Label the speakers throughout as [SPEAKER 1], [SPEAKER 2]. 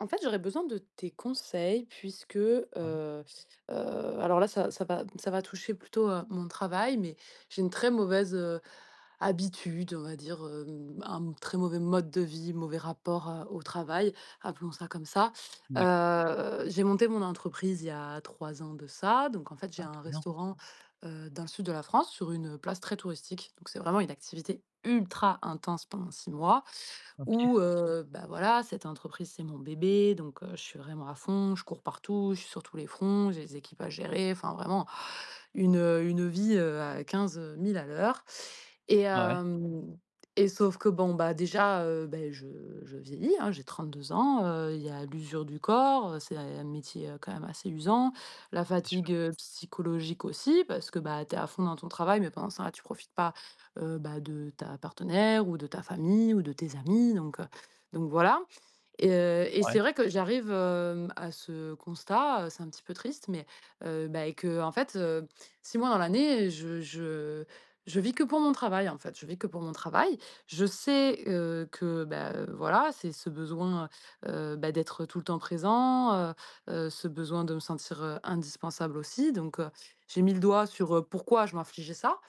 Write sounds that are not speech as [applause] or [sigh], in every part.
[SPEAKER 1] En fait, j'aurais besoin de tes conseils puisque, heu
[SPEAKER 2] Ouais.
[SPEAKER 1] heu, alors là, ça va toucher plutôt à mon travail, mais j'ai une très mauvaise, habitude, on va dire, un très mauvais mode de vie, mauvais rapport, au travail, appelons ça comme ça.
[SPEAKER 2] D'accord.
[SPEAKER 1] J'ai monté mon entreprise il y a 3 ans de ça, donc en fait, j'ai
[SPEAKER 2] Ah
[SPEAKER 1] un
[SPEAKER 2] trop bien.
[SPEAKER 1] restaurant, dans le sud de la France, sur une place très touristique, donc c'est vraiment une activité ultra intense pendant 6 mois.
[SPEAKER 2] OK.
[SPEAKER 1] Ou bah, voilà, cette entreprise, c'est mon bébé, donc je suis vraiment à fond, je cours partout, je suis sur tous les fronts, j'ai des équipes à gérer, enfin vraiment une, une vie, à 15 000 à l'heure et
[SPEAKER 2] Ouais,
[SPEAKER 1] hem et sauf que bon, bah, déjà, je vieillis, hein, j'ai 2 ans, il y a l'usure du corps, c'est un métier, quand même assez usant, la
[SPEAKER 2] c'est sûr.
[SPEAKER 1] fatigue, psychologique aussi parce que, bah, tu es à fond dans ton travail mais pendant ça tu profites pas bah, de ta partenaire ou de ta famille ou de tes amis donc voilà et et
[SPEAKER 2] Ouais.
[SPEAKER 1] c'est vrai que j'arrive, à ce constat, c'est un petit peu triste mais bah et qu'en fait, 6 mois dans l'année, je vis que pour mon travail, en fait. Je vis que pour mon travail. Je sais, que, bah, voilà, c'est ce besoin, bah, d'être tout le temps présent, ce besoin de me sentir, indispensable aussi donc j'ai mis le doigt sur, pourquoi je m'infligeais ça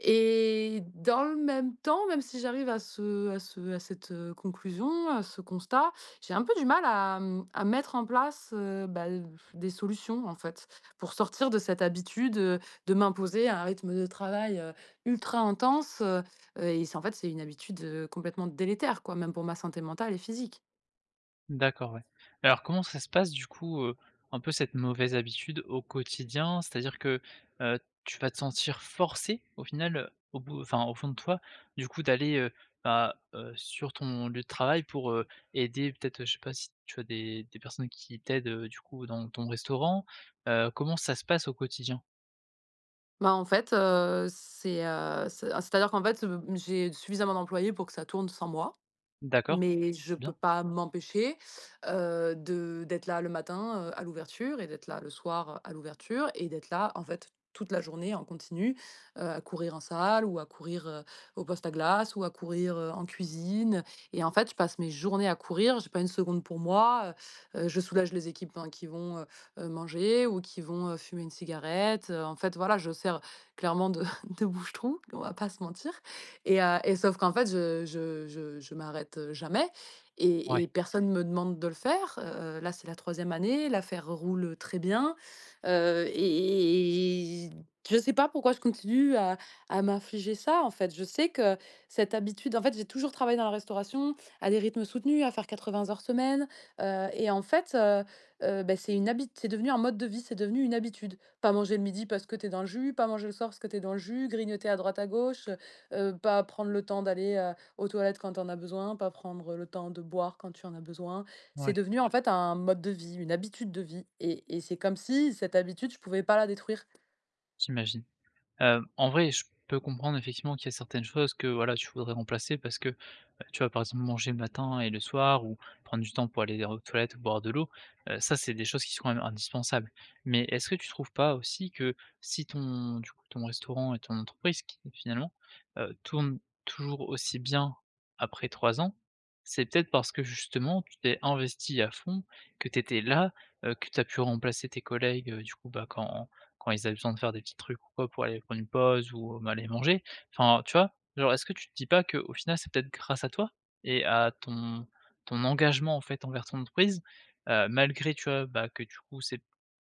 [SPEAKER 1] et dans le même temps, même si j'arrive à cette conclusion, à ce constat, j'ai un peu du mal à, à mettre en place, bah, des solutions, en fait, pour sortir de cette habitude, de m'imposer un rythme de travail, ultra intense, et c'est en fait, c'est une habitude, complètement délétère, quoi, même pour ma santé mentale et physique.
[SPEAKER 2] D'accord, ouais. Alors comment ça se passe du coup, un peu cette mauvaise habitude au quotidien? C'est-à-dire que, heu, tu vas te sentir forcé au final, au bout enfin au fond de toi, du coup d'aller, bah, sur ton lieu de travail pour, aider peut-être, je sais pas si tu as des personnes qui t'aident, du coup dans ton restaurant? Comment ça se passe au quotidien?
[SPEAKER 1] Bah, en fait, c'est-à-dire qu'en fait, j'ai suffisamment d'employés pour que ça tourne sans moi.
[SPEAKER 2] D'accord, ouais.
[SPEAKER 1] Mais je
[SPEAKER 2] C'est
[SPEAKER 1] peux
[SPEAKER 2] bien.
[SPEAKER 1] pas m'empêcher, de d'être là le matin, à l'ouverture et d'être là le soir, à l'ouverture et d'être là, en fait, toute la journée en continu, à courir en salle ou à courir, au poste à glace ou à courir, en cuisine et en fait, je passe mes journées à courir, j'ai pas une seconde pour moi, je soulage les équipes, hein, qui vont, manger ou qui vont, fumer une cigarette, en fait, voilà, je sers clairement de [laughs] de bouche-trou, on va pas se mentir et et sauf qu'en fait, je m'arrête, jamais
[SPEAKER 2] Ouais,
[SPEAKER 1] et personne me demande de le faire. Là, c'est la troisième année, l'affaire roule, très bien, heu et et je sais pas pourquoi je continue à m'infliger ça, en fait. Je sais que cette habitude en fait, j'ai toujours travaillé dans la restauration, à des rythmes soutenus, à faire 80 heures semaine, et en fait, bah, c'est une habit c'est devenu un mode de vie, c'est devenu une habitude. Pas manger le midi parce que t'es dans le jus, pas manger le soir parce que t'es dans le jus, grignoter à droite à gauche. Pas prendre le temps d'aller, aux toilettes quand tu en as besoin, pas prendre le temps de boire quand tu en as besoin.
[SPEAKER 2] ouais,
[SPEAKER 1] C'est devenu en fait un mode de vie, une habitude de vie et c'est comme si cette habitude, je pouvais pas la détruire.
[SPEAKER 2] j'imagine. En vrai, je peux comprendre effectivement qu'il y a certaines choses que, voilà, tu voudrais remplacer parce que, tu vas par exemple manger le matin et le soir ou prendre du temps pour aller aux toilettes ou boire de l'eau. Ça, c'est des choses qui sont quand même indispensables. Mais est-ce que tu trouves pas aussi que si ton du coup, ton restaurant et ton entreprise qui finalement, tourne toujours aussi bien après 3 ans, c'est peut-être parce que justement tu t'es investi à fond, que tu étais là, que tu as pu remplacer tes collègues, du coup, bah, quand ils avaient besoin de faire des petits trucs ou quoi pour aller prendre une pause ou même aller manger. Enfin, tu vois? Genre, est-ce que tu te dis pas qu'au final, c'est peut-être grâce à toi et à ton engagement, en fait, envers ton entreprise, malgré, tu vois, bah, que du coup, c'est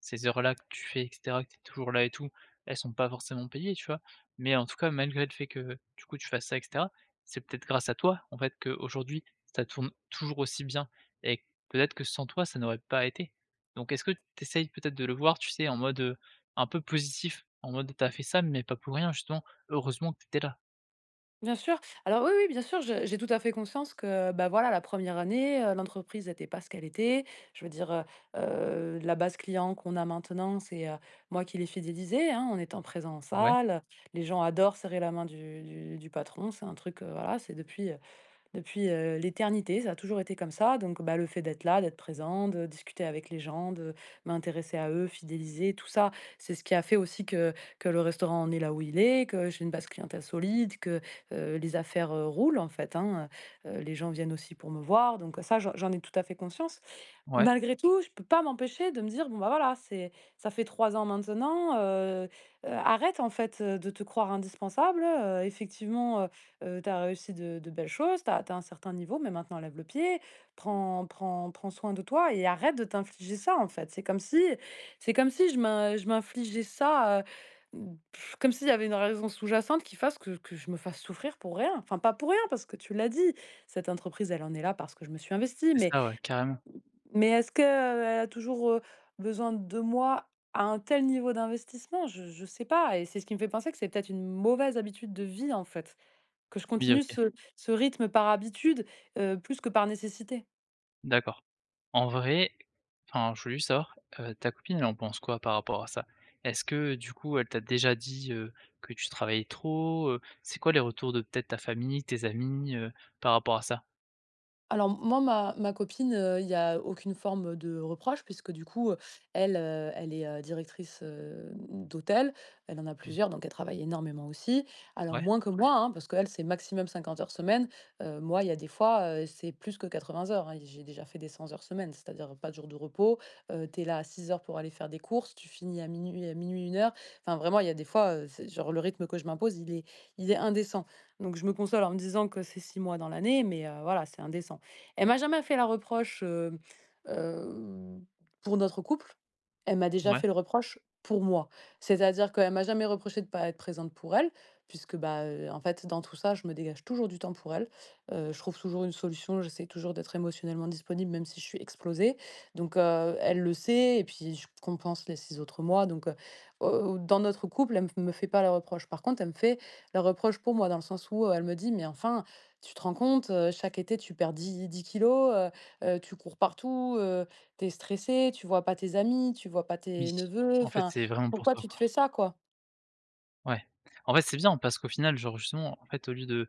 [SPEAKER 2] ces heures-là que tu fais et cetera, que tu es toujours là et tout, elles sont pas forcément payées, tu vois? Mais en tout cas, malgré le fait que, du coup, tu fasses ça et cetera, c'est peut-être grâce à toi, en fait, qu'aujourd'hui, ça tourne toujours aussi bien et peut-être que sans toi, ça n'aurait pas été. Donc est-ce que tu essayes peut-être de le voir, tu sais, en mode, un peu positif, en mode: t'as fait ça, mais pas pour rien, justement, heureusement que tu étais là».
[SPEAKER 1] Bien sûr. Alors oui, oui, bien sûr, je j'ai tout à fait conscience que, bah, voilà, la première année, l'entreprise n'était pas ce qu'elle était. Je veux dire, la base client qu'on a maintenant, c'est, moi qui l'ai fidélisée, hein, en étant présent en
[SPEAKER 2] Ouais,
[SPEAKER 1] salle. Les gens adorent serrer la main du patron. C'est un truc, voilà. Depuis, l'éternité, ça a toujours été comme ça donc bah, le fait d'être là, d'être présent, de discuter avec les gens, de m'intéresser à eux, fidéliser, tout ça, c'est ce qui a fait aussi que le restaurant en est là où il est, que j'ai une base clientèle solide, que, les affaires, roulent en fait, hein, les gens viennent aussi pour me voir donc ça, j'en ai tout à fait conscience.
[SPEAKER 2] ouais,
[SPEAKER 1] Malgré tout, je peux pas m'empêcher de me dire : « Bon, bah, voilà, c'est ça fait 3 ans maintenant, arrête en fait, de te croire indispensable, effectivement, tu as réussi de belles choses, tu as un certain niveau, mais maintenant lève le pied, prends soin de toi et arrête de t'infliger ça, en fait ». C'est comme si je m'infligeais ça, comme s'il y avait une raison sous-jacente qui fasse que je me fasse souffrir pour rien. Enfin, pas pour rien, parce que tu l'as dit, cette entreprise, elle en est là parce que je me suis investie,
[SPEAKER 2] c'est
[SPEAKER 1] mais
[SPEAKER 2] ça, ouais, carrément.
[SPEAKER 1] est-ce qu'elle a toujours, besoin de moi à un tel niveau d'investissement? Je ne sais pas et c'est ce qui me fait penser que c'est peut-être une mauvaise habitude de vie, en fait, que je
[SPEAKER 2] Oui,
[SPEAKER 1] continue
[SPEAKER 2] OK,
[SPEAKER 1] ce rythme par habitude, plus que par nécessité.
[SPEAKER 2] d'accord. En vrai, enfin, je voulais juste savoir, ta copine, elle en pense quoi par rapport à ça? Est-ce que, du coup, elle t'a déjà dit, que tu travaillais trop? C'est quoi les retours de peut-être ta famille, tes amis, par rapport à ça?
[SPEAKER 1] Alors moi, ma copine, il y a aucune forme de reproche puisque du coup, elle est, directrice, d'hôtel. Elle en a plusieurs, donc elle travaille énormément aussi. Alors
[SPEAKER 2] Ouais,
[SPEAKER 1] moins que, moi, hein, parce qu'elle, c'est maximum 50 heures semaine. Moi, il y a des fois, c'est plus que 80 heures, hein. J'ai déjà fait des 100 heures semaine, c'est-à-dire pas de jour de repos. Tu es là à 6 heures pour aller faire des courses, tu finis à minuit une heure. Enfin vraiment, il y a des fois, c'est genre le rythme que je m'impose, il est indécent. Donc je me console en me disant que c'est 6 mois dans l'année, mais voilà, c'est indécent. Elle m'a jamais fait la reprocheheu, pour notre couple. Elle m'a déjà
[SPEAKER 2] ouais,
[SPEAKER 1] fait le reproche pour moi. C'est-à-dire qu'elle m'a jamais reproché de ne pas être présente pour elle, puisque, bah, en fait, dans tout ça, je me dégage toujours du temps pour elle. Je trouve toujours une solution, j'essaie toujours d'être émotionnellement disponible, même si je suis explosée. Donc, elle le sait et puis je compense les 6 autres mois. Donc, au dans notre couple, elle me fait pas la reproche. Par contre, elle me fait la reproche pour moi, dans le sens où, elle me dit : « Mais enfin, tu te rends compte, chaque été, tu perds dix kilos, tu cours partout, tu es stressé, tu vois pas tes amis, tu vois pas
[SPEAKER 2] oui.
[SPEAKER 1] tes neveux,
[SPEAKER 2] En fait,
[SPEAKER 1] enfin,
[SPEAKER 2] c'est vraiment pour
[SPEAKER 1] pourquoi
[SPEAKER 2] toi,
[SPEAKER 1] tu te
[SPEAKER 2] quoi.
[SPEAKER 1] fais ça, quoi ? »
[SPEAKER 2] Ouais. En fait, c'est bien parce qu'au final, genre, justement, en fait, au lieu de,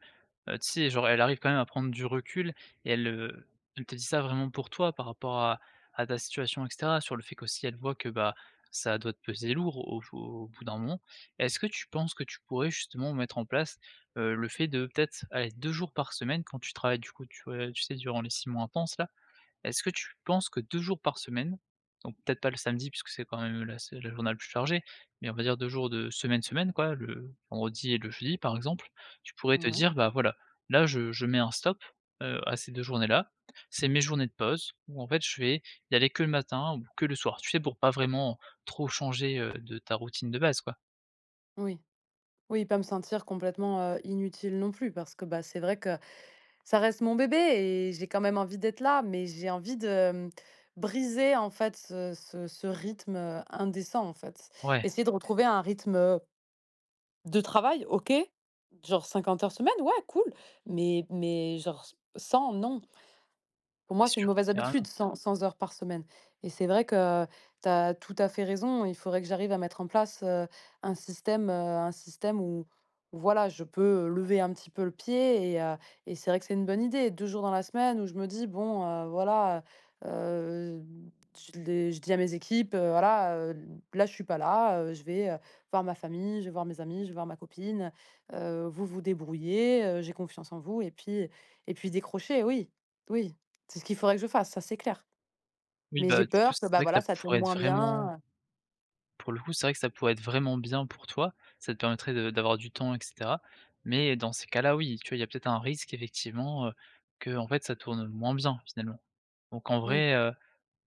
[SPEAKER 2] tu sais, genre, elle arrive quand même à prendre du recul et elle, elle te dit ça vraiment pour toi par rapport à ta situation et cetera, sur le fait qu'aussi elle voit que, bah, ça doit te peser lourd au bout d'un moment. Est-ce que tu penses que tu pourrais justement mettre en place, le fait de peut-être, aller 2 jours par semaine quand tu travailles du coup, tu, tu sais, durant les 6 mois intenses là, est-ce que tu penses que 2 jours par semaine, donc peut-être pas le samedi puisque c'est quand même la journée la plus chargée, mais on va dire 2 jours de semaine, semaine quoi, le vendredi et le jeudi par exemple, tu pourrais te
[SPEAKER 1] Ouais.
[SPEAKER 2] dire: «Bah voilà, là je mets un stop, à ces 2 journées-là, c'est mes journées de pause où en fait je vais y aller que le matin ou que le soir». Tu sais? Pour pas vraiment trop changer, de ta routine de base quoi.
[SPEAKER 1] Oui, oui, pas me sentir complètement, inutile non plus parce que, bah, c'est vrai que ça reste mon bébé et j'ai quand même envie d'être là, mais j'ai envie de, briser, en fait, ce rythme, indécent, en fait.
[SPEAKER 2] Ouais,
[SPEAKER 1] Essayer de retrouver un rythme. De travail, OK. Genre 50 heures semaine, ouais, cool. Mais genre 100, non. Pour moi,
[SPEAKER 2] c'est
[SPEAKER 1] c'est
[SPEAKER 2] sûr,
[SPEAKER 1] une mauvaise habitude
[SPEAKER 2] carrément.
[SPEAKER 1] 100 heures par semaine et c'est vrai que tu as tout à fait raison. Il faudrait que j'arrive à mettre en place, un système où voilà, je peux lever un petit peu le pied et et c'est vrai que c'est une bonne idée. 2 jours dans la semaine où je me dis : « «Bon, voilà, heu, je dis à mes équipes, voilà, là, je suis pas là, je vais, voir ma famille, je vais voir mes amis, je vais voir ma copine, vous vous débrouillez, j'ai confiance en vous » et puis décrocher, oui, oui. C'est ce qu'il faudrait que je fasse, ça c'est clair.
[SPEAKER 2] Oui,
[SPEAKER 1] Mais
[SPEAKER 2] bah,
[SPEAKER 1] j'ai
[SPEAKER 2] du coup,
[SPEAKER 1] peur que,
[SPEAKER 2] c'est
[SPEAKER 1] bah,
[SPEAKER 2] vrai que ça
[SPEAKER 1] voilà, ça tourne
[SPEAKER 2] pourrait être
[SPEAKER 1] moins
[SPEAKER 2] vraiment.
[SPEAKER 1] bien,
[SPEAKER 2] Pour le coup, c'est vrai que ça pourrait être vraiment bien pour toi, ça te permettrait de d'avoir du temps et cetera. Mais dans ces cas-là, oui, tu vois, il y a peut-être un risque effectivement, que en fait ça tourne moins bien finalement. Donc en
[SPEAKER 1] oui.
[SPEAKER 2] vrai,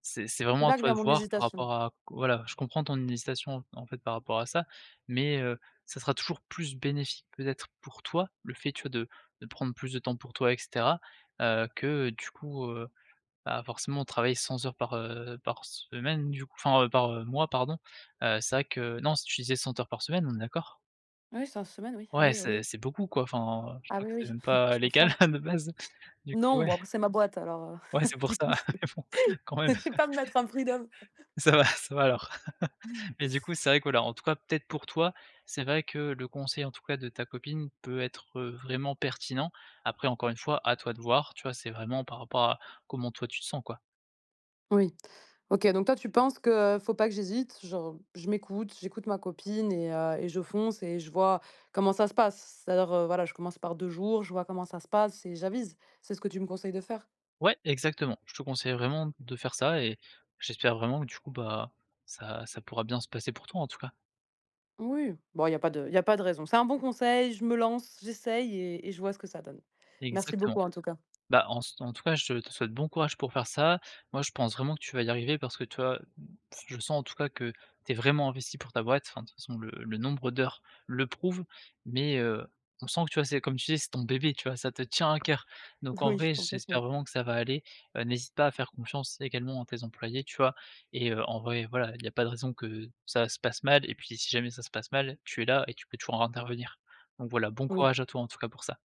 [SPEAKER 2] c'est
[SPEAKER 1] C'est
[SPEAKER 2] vraiment à
[SPEAKER 1] là que
[SPEAKER 2] toi
[SPEAKER 1] vient
[SPEAKER 2] de
[SPEAKER 1] mon
[SPEAKER 2] voir par
[SPEAKER 1] hésitation.
[SPEAKER 2] rapport à. Voilà, je comprends ton hésitation en fait par rapport à ça, mais ça sera toujours plus bénéfique peut-être pour toi, le fait, tu vois, de prendre plus de temps pour toi et cetera, que du coup, bah, forcément, on travaille 100 heures par semaine du coup enfin, par, mois pardon, c'est vrai que non, si tu disais 100 heures par semaine, on est d'accord?
[SPEAKER 1] Oui, 5 semaines, oui.
[SPEAKER 2] Ouais,
[SPEAKER 1] Oui, oui,
[SPEAKER 2] c'est
[SPEAKER 1] oui.
[SPEAKER 2] c'est beaucoup quoi, enfin, je
[SPEAKER 1] Ah
[SPEAKER 2] crois que
[SPEAKER 1] oui,
[SPEAKER 2] c'est
[SPEAKER 1] oui,
[SPEAKER 2] même
[SPEAKER 1] [laughs]
[SPEAKER 2] pas
[SPEAKER 1] je
[SPEAKER 2] légal
[SPEAKER 1] confirme.
[SPEAKER 2] [laughs] de base. Du coup,
[SPEAKER 1] Non,
[SPEAKER 2] ouais,
[SPEAKER 1] bon après c'est ma boîte alors,
[SPEAKER 2] ouais, c'est
[SPEAKER 1] [laughs]
[SPEAKER 2] pour
[SPEAKER 1] du coup
[SPEAKER 2] ça, [laughs]
[SPEAKER 1] c'est
[SPEAKER 2] mais bon, quand
[SPEAKER 1] [laughs]
[SPEAKER 2] même,
[SPEAKER 1] je vais pas me mettre un freedom.
[SPEAKER 2] ça va alors. Mais du coup, c'est vrai que voilà, en tout cas, peut-être pour toi, c'est vrai que le conseil en tout cas de ta copine peut être, vraiment pertinent. Après encore une fois, à toi de voir, tu vois? C'est vraiment par rapport à comment toi tu te sens quoi.
[SPEAKER 1] Oui. OK, donc toi tu penses que faut pas que j'hésite, genre je m'écoute, j'écoute ma copine et et je fonce et je vois comment ça se passe? C'est-à-dire, voilà, je commence par 2 jours, je vois comment ça se passe et j'avise. C'est ce que tu me conseilles de faire?
[SPEAKER 2] Ouais, exactement. Je te conseille vraiment de faire ça et j'espère vraiment que du coup, bah, ça pourra bien se passer pour toi en tout cas.
[SPEAKER 1] Oui, bon, il y a pas de raison. C'est un bon conseil, je me lance, j'essaye et je vois ce que ça donne. Merci
[SPEAKER 2] Exactement.
[SPEAKER 1] beaucoup en tout cas.
[SPEAKER 2] Bah, en tout cas, je te souhaite bon courage pour faire ça. Moi, je pense vraiment que tu vas y arriver parce que toi, je sens en tout cas que tu es vraiment investi pour ta boîte. Enfin, de toute façon, le nombre d'heures le prouve, mais on sent que tu vois, c'est comme tu dis, c'est ton bébé, tu vois? Ça te tient à cœur. Donc
[SPEAKER 1] [laughs]
[SPEAKER 2] en
[SPEAKER 1] Oui,
[SPEAKER 2] vrai,
[SPEAKER 1] complètement.
[SPEAKER 2] j'espère vraiment que ça va aller. N'hésite pas à faire confiance également à tes employés, tu vois? Et en vrai, voilà, il n'y a pas de raison que ça se passe mal et puis si jamais ça se passe mal, tu es là et tu peux toujours intervenir. Donc voilà, bon
[SPEAKER 1] Oui,
[SPEAKER 2] courage à toi en tout cas pour ça.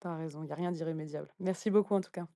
[SPEAKER 1] tu as raison, il y a rien d'irrémédiable. Merci beaucoup en tout cas.